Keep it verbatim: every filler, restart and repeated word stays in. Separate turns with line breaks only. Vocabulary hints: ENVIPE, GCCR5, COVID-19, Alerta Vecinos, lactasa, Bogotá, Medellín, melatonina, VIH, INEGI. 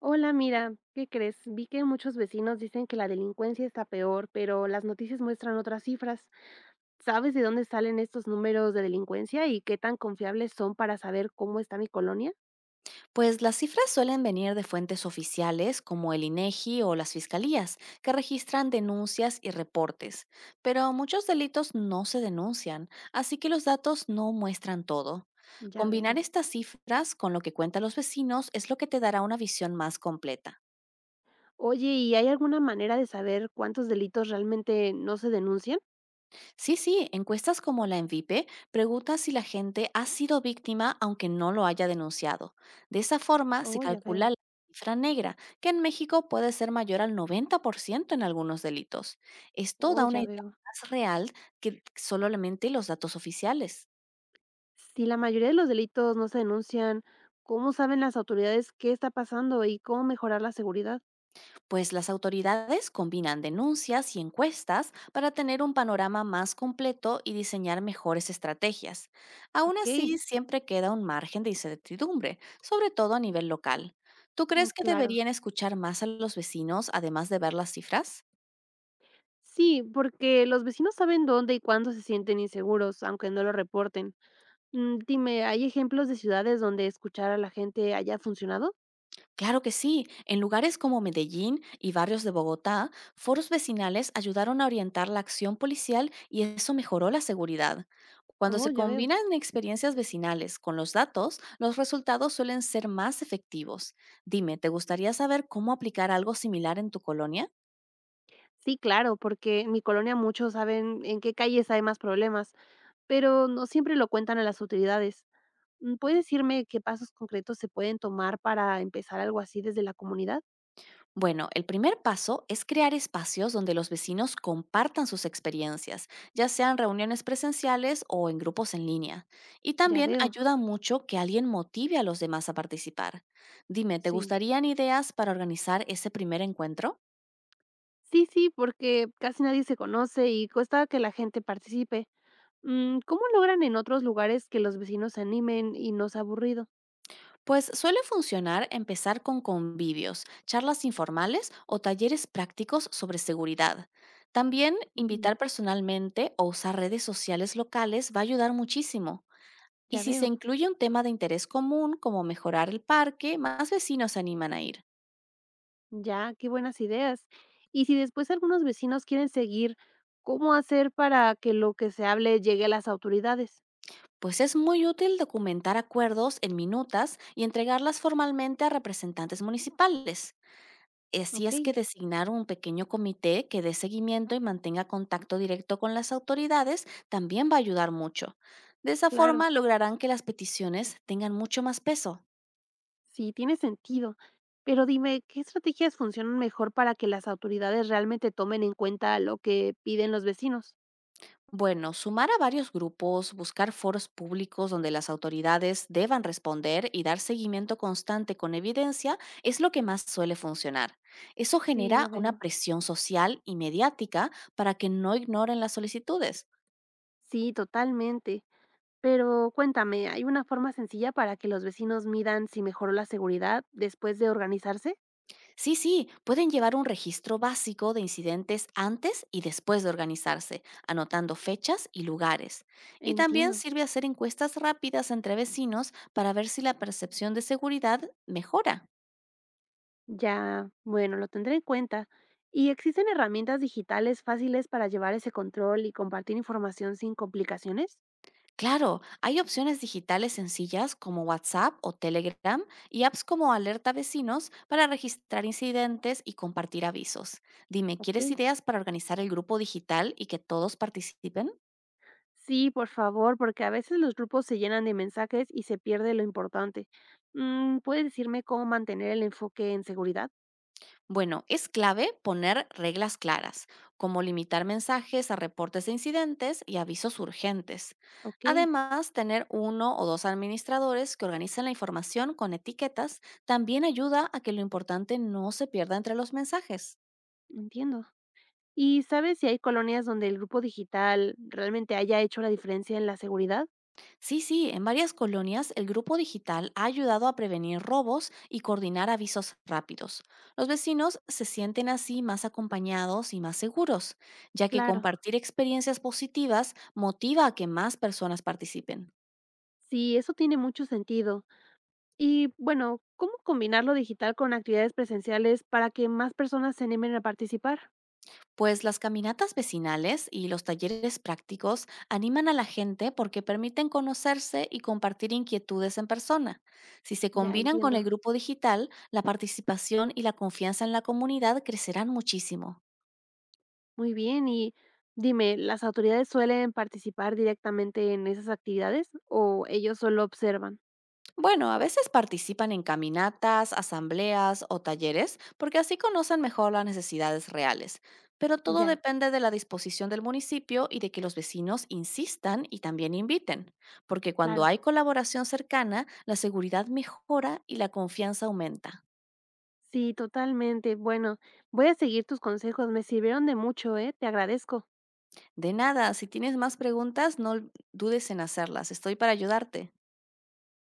Hola, mira, ¿qué crees? Vi que muchos vecinos dicen que la delincuencia está peor, pero las noticias muestran otras cifras. ¿Sabes de dónde salen estos números de delincuencia y qué tan confiables son para saber cómo está mi colonia?
Pues las cifras suelen venir de fuentes oficiales como el INEGI o las fiscalías, que registran denuncias y reportes, pero muchos delitos no se denuncian, así que los datos no muestran todo.
Ya
Combinar
veo.
estas cifras con lo que cuentan los vecinos es lo que te dará una visión más completa.
Oye, ¿y hay alguna manera de saber cuántos delitos realmente no se denuncian?
Sí, sí, encuestas como la ENVIPE preguntan si la gente ha sido víctima aunque no lo haya denunciado. De esa forma se
Oh, ya
calcula
veo.
la cifra negra, que en México puede ser mayor al noventa por ciento en algunos delitos. Esto
Oh,
da una
ya
idea
veo.
más real que solamente los datos oficiales.
Si la mayoría de los delitos no se denuncian, ¿cómo saben las autoridades qué está pasando y cómo mejorar la seguridad?
Pues las autoridades combinan denuncias y encuestas para tener un panorama más completo y diseñar mejores estrategias. Aún
Ok,
así, siempre queda un margen de incertidumbre, sobre todo a nivel local. ¿Tú
mm,
crees que
claro.
deberían escuchar más a los vecinos además de ver las cifras?
Sí, porque los vecinos saben dónde y cuándo se sienten inseguros, aunque no lo reporten. Mm, dime, ¿hay ejemplos de ciudades donde escuchar a la gente haya funcionado?
Claro que sí. En lugares como Medellín y barrios de Bogotá, foros vecinales ayudaron a orientar la acción policial y eso mejoró la seguridad. Cuando
Oh,
se
ya veo.
combinan experiencias vecinales con los datos, los resultados suelen ser más efectivos. Dime, ¿te gustaría saber cómo aplicar algo similar en tu colonia?
Sí, claro, porque en mi colonia muchos saben en qué calles hay más problemas, pero no siempre lo cuentan a las autoridades. Mm, ¿puedes decirme qué pasos concretos se pueden tomar para empezar algo así desde la comunidad?
Bueno, el primer paso es crear espacios donde los vecinos compartan sus experiencias, ya sean reuniones presenciales o en grupos en línea. Y
Ya
también
veo,
ayuda mucho que alguien motive a los demás a participar. Dime, ¿te
sí.
gustarían ideas para organizar ese primer encuentro?
Sí, sí, porque casi nadie se conoce y cuesta que la gente participe. Mm, ¿cómo logran en otros lugares que los vecinos se animen y no sea aburrido?
Pues suele funcionar empezar con convivios, charlas informales o talleres prácticos sobre seguridad. También
Mm,
invitar personalmente o usar redes sociales locales va a ayudar muchísimo. Y
ya
si se
veo,
incluye un tema de interés común, como mejorar el parque, más vecinos se animan a ir.
ya, qué buenas ideas. Y si después algunos vecinos quieren seguir, ¿cómo hacer para que lo que se hable llegue a las autoridades?
Pues es muy útil documentar acuerdos en minutas y entregarlas formalmente a representantes municipales. Eh, Así
Ok,
es que designar un pequeño comité que dé seguimiento y mantenga contacto directo con las autoridades también va a ayudar mucho. De esa
claro,
forma lograrán que las peticiones tengan mucho más peso.
sí, tiene sentido. Pero dime, ¿qué estrategias funcionan mejor para que las autoridades realmente tomen en cuenta lo que piden los vecinos?
Bueno, sumar a varios grupos, buscar foros públicos donde las autoridades deban responder y dar seguimiento constante con evidencia es lo que más suele funcionar. Eso
Sí, ya
genera una
veo.
presión social y mediática para que no ignoren las solicitudes.
Sí, totalmente. Pero cuéntame, ¿hay una forma sencilla para que los vecinos midan si mejoró la seguridad después de organizarse?
Sí, sí, pueden llevar un registro básico de incidentes antes y después de organizarse, anotando fechas y lugares. Y también
Entiendo.
sirve hacer encuestas rápidas entre vecinos para ver si la percepción de seguridad mejora.
Ya, bueno, lo tendré en cuenta. ¿Y existen herramientas digitales fáciles para llevar ese control y compartir información sin complicaciones?
Claro, hay opciones digitales sencillas como WhatsApp o Telegram y apps como Alerta Vecinos para registrar incidentes y compartir avisos. Dime,
Ok.
¿quieres ideas para organizar el grupo digital y que todos participen?
Sí, por favor, porque a veces los grupos se llenan de mensajes y se pierde lo importante. Mm, ¿puedes decirme cómo mantener el enfoque en seguridad?
Bueno, es clave poner reglas claras, como limitar mensajes a reportes de incidentes y avisos urgentes.
Ok,
Además, tener uno o dos administradores que organicen la información con etiquetas también ayuda a que lo importante no se pierda entre los mensajes.
entiendo. ¿Y sabes si hay colonias donde el grupo digital realmente haya hecho la diferencia en la seguridad?
Sí, sí, en varias colonias el grupo digital ha ayudado a prevenir robos y coordinar avisos rápidos. Los vecinos se sienten así más acompañados y más seguros, ya que
Claro,
compartir experiencias positivas motiva a que más personas participen.
sí, eso tiene mucho sentido. Y bueno, ¿cómo combinar lo digital con actividades presenciales para que más personas se animen a participar?
Pues las caminatas vecinales y los talleres prácticos animan a la gente porque permiten conocerse y compartir inquietudes en persona. Si se
Ya
combinan con el
entiendo.
grupo digital, la participación y la confianza en la comunidad crecerán muchísimo.
Muy bien, y dime, ¿las autoridades suelen participar directamente en esas actividades o ellos solo observan?
Bueno, a veces participan en caminatas, asambleas o talleres porque así conocen mejor las necesidades reales, pero todo
Ya,
depende de la disposición del municipio y de que los vecinos insistan y también inviten, porque cuando
claro.
hay colaboración cercana, la seguridad mejora y la confianza aumenta.
Sí, totalmente. Bueno, voy a seguir tus consejos, me sirvieron de mucho, ¿eh? Te agradezco.
De nada, si tienes más preguntas, no dudes en hacerlas, estoy para ayudarte.